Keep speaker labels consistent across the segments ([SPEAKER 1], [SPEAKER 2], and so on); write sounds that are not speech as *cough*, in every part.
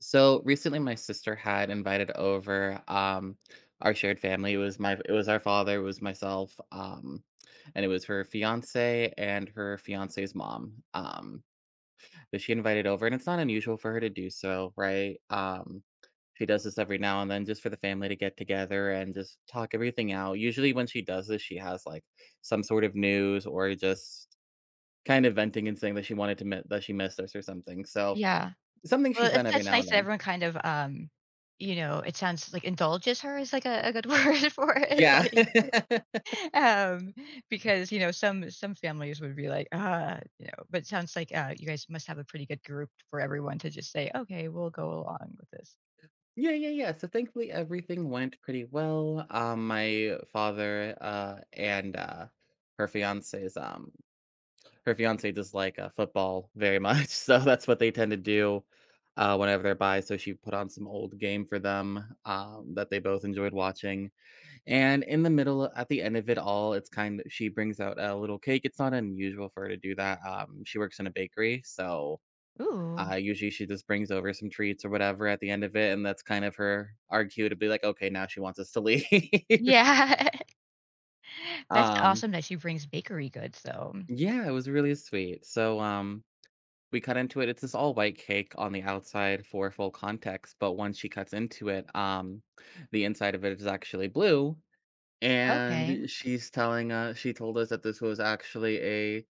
[SPEAKER 1] So recently, my sister had invited over our shared family. It was it was our father, it was myself, and it was her fiance and her fiance's mom that she invited over. And it's not unusual for her to do so, right? She does this every now and then just for the family to get together and just talk everything out. Usually, when she does this, she has like some sort of news or just kind of venting and saying that she wanted to mi- that she missed us or something. So
[SPEAKER 2] Yeah.
[SPEAKER 1] something she's
[SPEAKER 2] Well,
[SPEAKER 1] done
[SPEAKER 2] it's
[SPEAKER 1] every
[SPEAKER 2] that's
[SPEAKER 1] now and
[SPEAKER 2] nice that
[SPEAKER 1] then.
[SPEAKER 2] everyone kind of, you know, it sounds like indulges her is like a good *laughs* word for it,
[SPEAKER 1] Yeah.
[SPEAKER 2] like,
[SPEAKER 1] *laughs*
[SPEAKER 2] um, because, you know, some families would be like, "Ah," you know, but it sounds like, you guys must have a pretty good group for everyone to just say, "Okay, we'll go along with this."
[SPEAKER 1] Yeah, yeah, yeah. So thankfully everything went pretty well. My father, and, her fiance's, um her fiance does like, football very much, *laughs* so that's what they tend to do, whenever they're by, so she put on some old game for them, that they both enjoyed watching, and in the middle at the end of it all, it's kind of she brings out a little cake. It's not unusual for her to do that. She works in a bakery, so
[SPEAKER 2] Ooh.
[SPEAKER 1] uh, usually she just brings over some treats or whatever at the end of it, and that's kind of her our cue to be like, "Okay, now she wants us to leave." *laughs*
[SPEAKER 2] Yeah. *laughs* That's
[SPEAKER 1] Um,
[SPEAKER 2] awesome that she brings bakery goods though.
[SPEAKER 1] yeah, it was really sweet. So, we cut into it. It's this all white cake on the outside for full context, but once she cuts into it, the inside of it is actually blue.
[SPEAKER 2] Okay.
[SPEAKER 1] And she told us that this was actually a,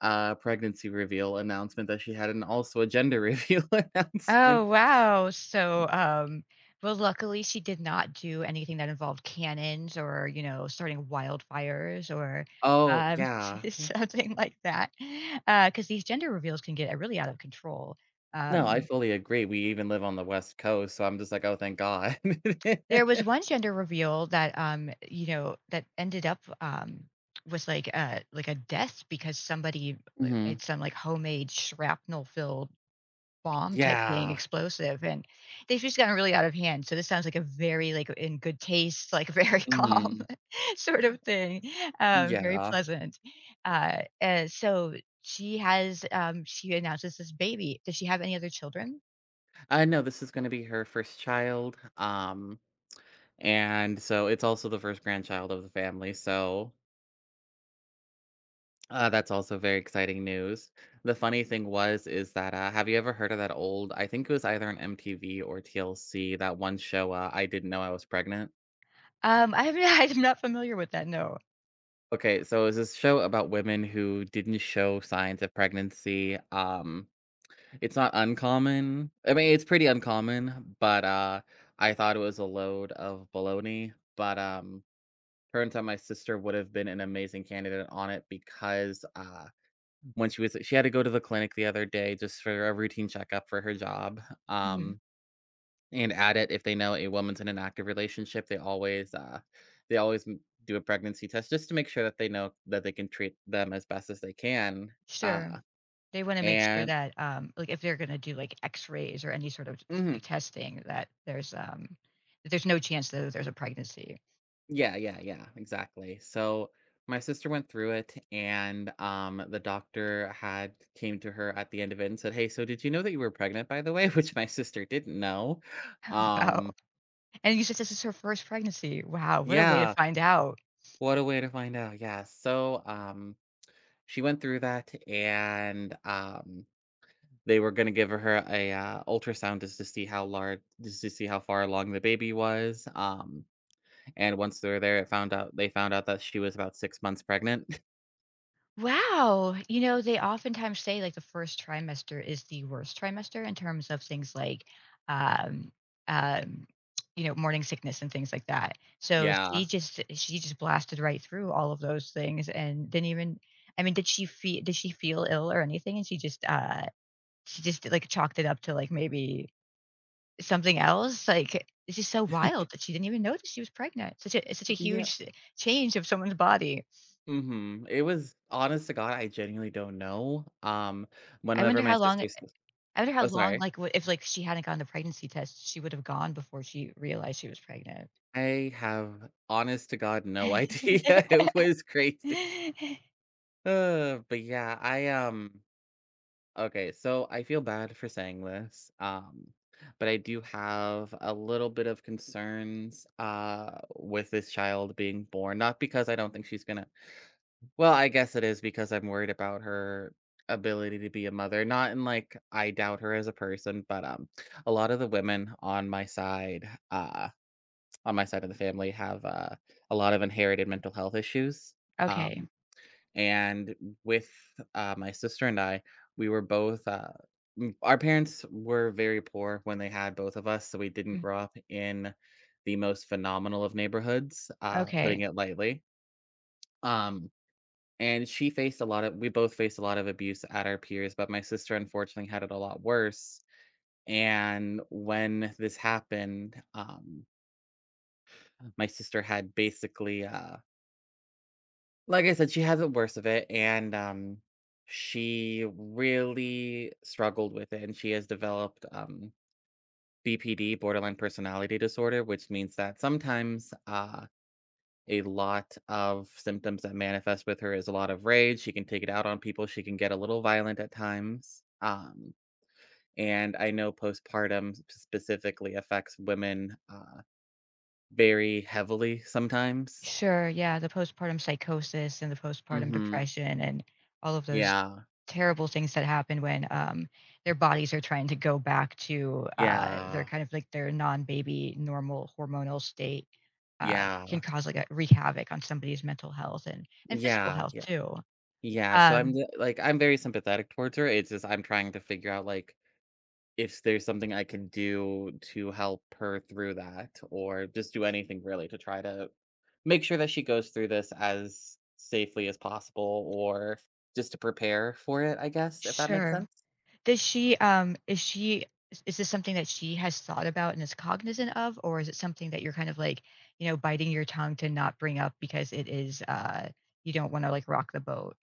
[SPEAKER 1] pregnancy reveal announcement that she had and also a gender *laughs* reveal announcement.
[SPEAKER 2] Oh, wow. So, well, luckily she did not do anything that involved cannons or, you know, starting wildfires or
[SPEAKER 1] Oh,
[SPEAKER 2] um,
[SPEAKER 1] yeah.
[SPEAKER 2] *laughs* something like that, because these gender reveals can get really out of control.
[SPEAKER 1] No, I
[SPEAKER 2] Um,
[SPEAKER 1] fully agree. We even live on the West Coast, so I'm just like, "Oh, thank God."
[SPEAKER 2] there
[SPEAKER 1] *laughs*
[SPEAKER 2] was one gender reveal that, you know, that ended up was like a death because somebody like,
[SPEAKER 1] Mhm.
[SPEAKER 2] made some like homemade shrapnel filled bomb type thing,
[SPEAKER 1] Yeah.
[SPEAKER 2] explosive, and they've just gotten really out of hand. So this sounds like a very like in good taste, like very *laughs* calm
[SPEAKER 1] Mhm.
[SPEAKER 2] *laughs* sort of thing, very
[SPEAKER 1] Yeah.
[SPEAKER 2] pleasant. And so she announces this baby. Does she have any other children?
[SPEAKER 1] I know this is gonna be her first child, and so it's also the first grandchild of the family, so, that's also very exciting news. The funny thing was is that, uh, have you ever heard of that old, I think it was either on MTV or TLC, that one show, I Didn't Know I Was Pregnant?
[SPEAKER 2] I haven't, *laughs* I'm not familiar with that. No.
[SPEAKER 1] Okay, so it's this show about women who didn't show signs of pregnancy. It's not uncommon. I mean, it's pretty uncommon, but I thought it was a load of baloney. But turns out my sister would have been an amazing candidate on it because when she was she had to go to the clinic the other day just for a routine checkup for her job.
[SPEAKER 2] Mhm.
[SPEAKER 1] Um, and add it if they know a woman's in an active relationship, they always m do a pregnancy test just to make sure that they know that they can treat them as best as they can,
[SPEAKER 2] Sure.
[SPEAKER 1] uh,
[SPEAKER 2] They wanna make sure
[SPEAKER 1] and
[SPEAKER 2] that, like, if they're gonna do, like, X-rays or any sort of just, like,
[SPEAKER 1] mhm.
[SPEAKER 2] testing that that there's no chance that there's a pregnancy.
[SPEAKER 1] Yeah, yeah, yeah, exactly. So, my sister went through it, and, the doctor had came to her at the end of it and said, "Hey, so did you know that you were pregnant, by the way?" *laughs* Which my sister didn't know.
[SPEAKER 2] Wow.
[SPEAKER 1] Um,
[SPEAKER 2] And you said this is her first pregnancy. Wow, what a way to
[SPEAKER 1] yeah,
[SPEAKER 2] find out.
[SPEAKER 1] what a way to find out, yeah. So, she went through that, and, um, they were gonna give her a, ultrasound just to see how far along the baby was, and once they were there, it found out they found out that she was about 6 months pregnant. *laughs*
[SPEAKER 2] Wow. You know, they oftentimes say like the first trimester is the worst trimester in terms of things like, um, um, you know, morning sickness and things like that. So she
[SPEAKER 1] Yeah.
[SPEAKER 2] just she just blasted right through all of those things and didn't even. I mean, did she feel ill or anything? And she just she just like chalked it up to like maybe something else. Like it's just so wild that she didn't even notice she was pregnant. Such a it's such a
[SPEAKER 1] Yeah.
[SPEAKER 2] huge change of someone's body.
[SPEAKER 1] Mhm. It was honest to God, I genuinely don't know.
[SPEAKER 2] I
[SPEAKER 1] Whenever
[SPEAKER 2] wonder
[SPEAKER 1] my
[SPEAKER 2] how long
[SPEAKER 1] sister's
[SPEAKER 2] I wonder how
[SPEAKER 1] Oh,
[SPEAKER 2] long,
[SPEAKER 1] sorry.
[SPEAKER 2] like, what if, like, she hadn't gotten the pregnancy test, she would have gone before she realized she was pregnant.
[SPEAKER 1] I have honest to God no idea. *laughs* It
[SPEAKER 2] *laughs*
[SPEAKER 1] was crazy. *sighs* But yeah, okay, so I feel bad for saying this, but I do have a little bit of concerns with this child being born. Not because I don't think she's gonna, well, I guess it is because I'm worried about her ability to be a mother. Not in like I doubt her as a person, but a lot of the women on my side of the family, have a lot of inherited mental health issues.
[SPEAKER 2] Okay.
[SPEAKER 1] Um, and with, my sister and I, we were both, m our parents were very poor when they had both of us, so we didn't
[SPEAKER 2] Mm,
[SPEAKER 1] grow up in the most phenomenal of neighborhoods,
[SPEAKER 2] okay.
[SPEAKER 1] putting it lightly. Um, and she faced a lot of we both faced a lot of abuse at our peers, but my sister unfortunately had it a lot worse. And when this happened, my sister had basically, like I said, she has it worse of it, and, she really struggled with it, and she has developed, BPD, borderline personality disorder, which means that sometimes, a lot of symptoms that manifest with her is a lot of rage, she can take it out on people, she can get a little violent at times, and I know postpartum specifically affects women, very heavily sometimes.
[SPEAKER 2] Sure, yeah, the postpartum psychosis and the postpartum
[SPEAKER 1] Mhm.
[SPEAKER 2] depression and all of those
[SPEAKER 1] Yeah.
[SPEAKER 2] terrible things that happen when, their bodies are trying to go back to, their
[SPEAKER 1] Yeah.
[SPEAKER 2] kind of, like, their non-baby normal hormonal state, uh, can
[SPEAKER 1] Yeah.
[SPEAKER 2] cause, like, a wreak havoc on somebody's mental health and physical
[SPEAKER 1] Yeah,
[SPEAKER 2] health
[SPEAKER 1] yeah,
[SPEAKER 2] too.
[SPEAKER 1] yeah, so
[SPEAKER 2] Um.
[SPEAKER 1] I'm very sympathetic towards her, it's just I'm trying to figure out, like, if there's something I can do to help her through that or just do anything really to try to make sure that she goes through this as safely as possible or just to prepare for it, I guess, if that makes
[SPEAKER 2] Sure.
[SPEAKER 1] sense?
[SPEAKER 2] Does she, is she is this something that she has thought about and is cognizant of, or is it something that you're kind of like, you know, biting your tongue to not bring up because it is, you don't wanna, like, rock the boat?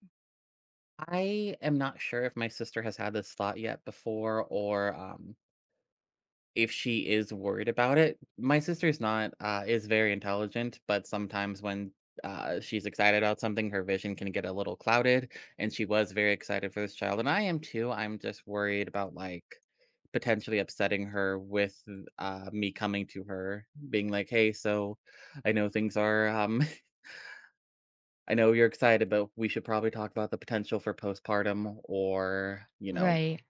[SPEAKER 1] I am not sure if my sister has had this thought yet before, if she is worried about it. My sister's not, is very intelligent, but sometimes when, she's excited about something, her vision can get a little clouded, and she was very excited for this child, and I am too. I'm just worried about, like, potentially upsetting her with, me coming to her, being like, "Hey, so I know things are, *laughs* I know you're excited, but we should probably talk about the potential for postpartum or," you know,
[SPEAKER 2] Right.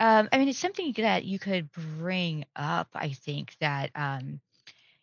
[SPEAKER 2] I mean, it's something that you could bring up, I think that,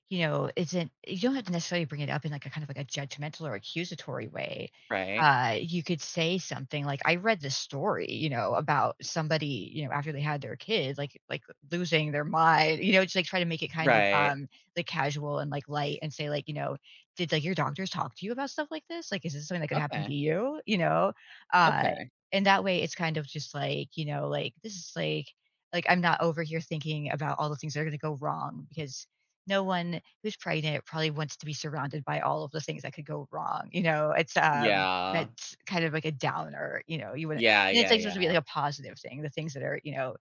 [SPEAKER 2] you know, isn't you don't have to necessarily bring it up in like a kind of like a judgmental or accusatory way.
[SPEAKER 1] right?
[SPEAKER 2] You could say something like, I read this story, you know, about somebody, you know, after they had their kids, like losing their mind, you know, just like try to make it kind of
[SPEAKER 1] Right. Right.
[SPEAKER 2] like casual and like light and say, like, you know, did like your doctors talk to you about stuff like this? Like, is this something that could happen to
[SPEAKER 1] Okay,
[SPEAKER 2] you? You know? Uh
[SPEAKER 1] okay.
[SPEAKER 2] and that way it's kind of just like, you know, like this is like I'm not over here thinking about all the things that are gonna go wrong because no one who's pregnant probably wants to be surrounded by all of the things that could go wrong, you know? It's,
[SPEAKER 1] Yeah.
[SPEAKER 2] that's kind of like a downer, you know? You wouldn't,
[SPEAKER 1] Yeah,
[SPEAKER 2] and it's,
[SPEAKER 1] yeah,
[SPEAKER 2] like, supposed to be, like,
[SPEAKER 1] yeah,
[SPEAKER 2] a positive thing, the things that are, you know,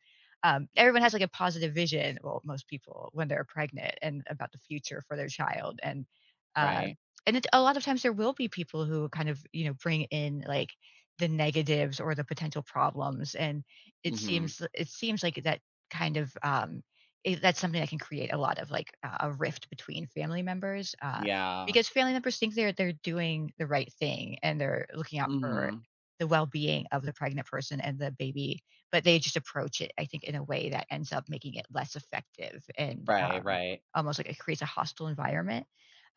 [SPEAKER 2] everyone has, like, a positive vision, well, most people, when they're pregnant and about the future for their child, uh
[SPEAKER 1] right.
[SPEAKER 2] and it a lot of times there will be people who kind of, you know, bring in, like, the negatives or the potential problems, and it
[SPEAKER 1] Mhm.
[SPEAKER 2] seems it seems like that kind of, it, that's something that can create a lot of like a rift between family members
[SPEAKER 1] Yeah.
[SPEAKER 2] because family members think they're doing the right thing and they're looking out for
[SPEAKER 1] Mhm.
[SPEAKER 2] the well-being of the pregnant person and the baby, but they just approach it, I think, in a way that ends up making it less effective and
[SPEAKER 1] Right, right.
[SPEAKER 2] almost like it creates a hostile environment,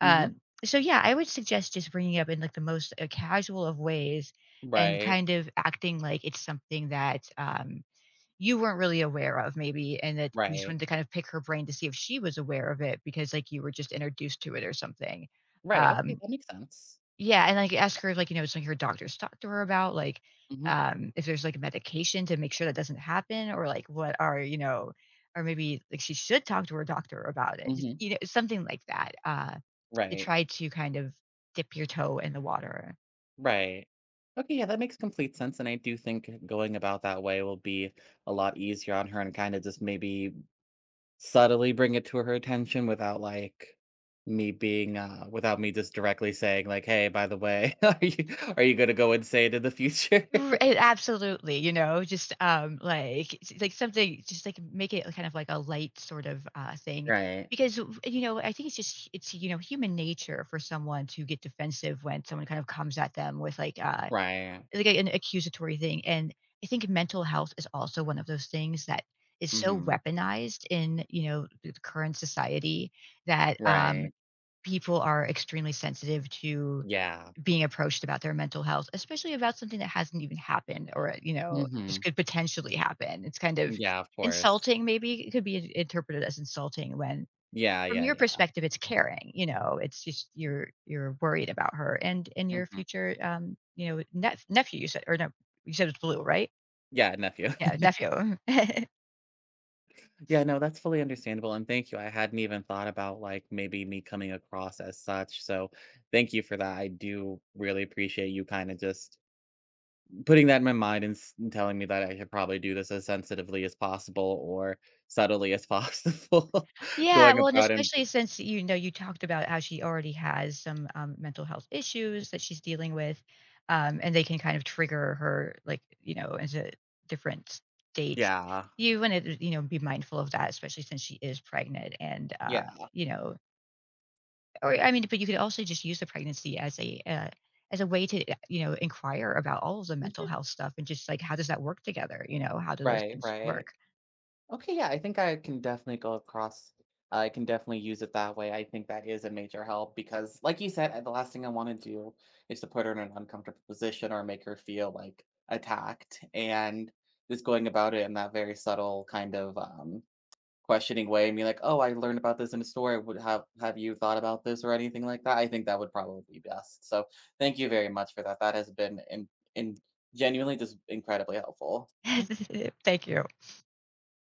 [SPEAKER 1] Mhm.
[SPEAKER 2] um, so yeah, I would suggest just bringing it up in like the most casual of ways and
[SPEAKER 1] Right,
[SPEAKER 2] kind of acting like it's something that you weren't really aware of maybe and that you just
[SPEAKER 1] right,
[SPEAKER 2] wanted to kind of pick her brain to see if she was aware of it because like you were just introduced to it or something.
[SPEAKER 1] right, okay,
[SPEAKER 2] um
[SPEAKER 1] that makes sense.
[SPEAKER 2] yeah, and like ask her if, like, you know, something her doctors talked to her about, like,
[SPEAKER 1] Mhm,
[SPEAKER 2] if there's like medication to make sure that doesn't happen, or like what are, you know, or maybe like she should talk to her doctor about it, just,
[SPEAKER 1] mhm.
[SPEAKER 2] you know, something like that, to
[SPEAKER 1] Right,
[SPEAKER 2] try to kind of dip your toe in the water.
[SPEAKER 1] right. Okay, yeah, that makes complete sense, and I do think going about that way will be a lot easier on her and kinda just maybe subtly bring it to her attention without, like, without me just directly saying, like, "Hey, by the way, *laughs* are you gonna go and insane in the future?"
[SPEAKER 2] R
[SPEAKER 1] *laughs*
[SPEAKER 2] a Absolutely, you know, just, like s like something just, like, make it kind of like a light sort of, thing,
[SPEAKER 1] Right,
[SPEAKER 2] because, w you know, I think it's just it's, you know, human nature for someone to get defensive when someone kind of comes at them with,
[SPEAKER 1] right.
[SPEAKER 2] like, an accusatory thing, and I think mental health is also one of those things that is so
[SPEAKER 1] Mhm.
[SPEAKER 2] weaponized in, you know, the current society that,
[SPEAKER 1] Right.
[SPEAKER 2] people are extremely sensitive to
[SPEAKER 1] Yeah.
[SPEAKER 2] being approached about their mental health, especially about something that hasn't even happened or, you know, just
[SPEAKER 1] Mhm.
[SPEAKER 2] could potentially happen. It's kind of
[SPEAKER 1] Yeah, of course.
[SPEAKER 2] insulting, maybe it could be interpreted as insulting when
[SPEAKER 1] Yeah,
[SPEAKER 2] from
[SPEAKER 1] yeah,
[SPEAKER 2] your
[SPEAKER 1] yeah.
[SPEAKER 2] perspective it's caring, you know, it's just you're worried about her and your
[SPEAKER 1] Mhm.
[SPEAKER 2] future you know, nephew you said, or no, you said it's blue, right?
[SPEAKER 1] Yeah, nephew.
[SPEAKER 2] Yeah,
[SPEAKER 1] *laughs*
[SPEAKER 2] nephew. *laughs*
[SPEAKER 1] Yeah, no, that's fully understandable, and thank you. I hadn't even thought about, like, maybe me coming across as such, so thank you for that. I do really appreciate you kinda just putting that in my mind and s and telling me that I should probably do this as sensitively as possible or subtly as possible *laughs*
[SPEAKER 2] Yeah,
[SPEAKER 1] going
[SPEAKER 2] well, and
[SPEAKER 1] about, and
[SPEAKER 2] especially since, you know, you talked about how she already has some, mental health issues that she's dealing with, and they can kind of trigger her, like, you know, into different states.
[SPEAKER 1] yeah.
[SPEAKER 2] You wanna, you know, be mindful of that, especially since she is pregnant and,
[SPEAKER 1] Yeah.
[SPEAKER 2] you know, or, I mean, but you could also just use the pregnancy as a way to, you know, inquire about all of the mental
[SPEAKER 1] Mhm.
[SPEAKER 2] health stuff and just, like, how does that work together, you know? How do those
[SPEAKER 1] Right,
[SPEAKER 2] things
[SPEAKER 1] right.
[SPEAKER 2] work?
[SPEAKER 1] Okay, yeah, I think I can definitely go across. Uh, I can definitely use it that way. I think that is a major help because, like you said, the last thing I want to do is to put her in an uncomfortable position or make her feel like attacked. And just going about it in that very subtle kind of questioning way, and be like, "Oh, I learned about this in a story. Would Have you thought about this or anything like that?" I think that would probably be best. So, thank you very much for that. That has been in genuinely just incredibly helpful.
[SPEAKER 2] *laughs* Thank you.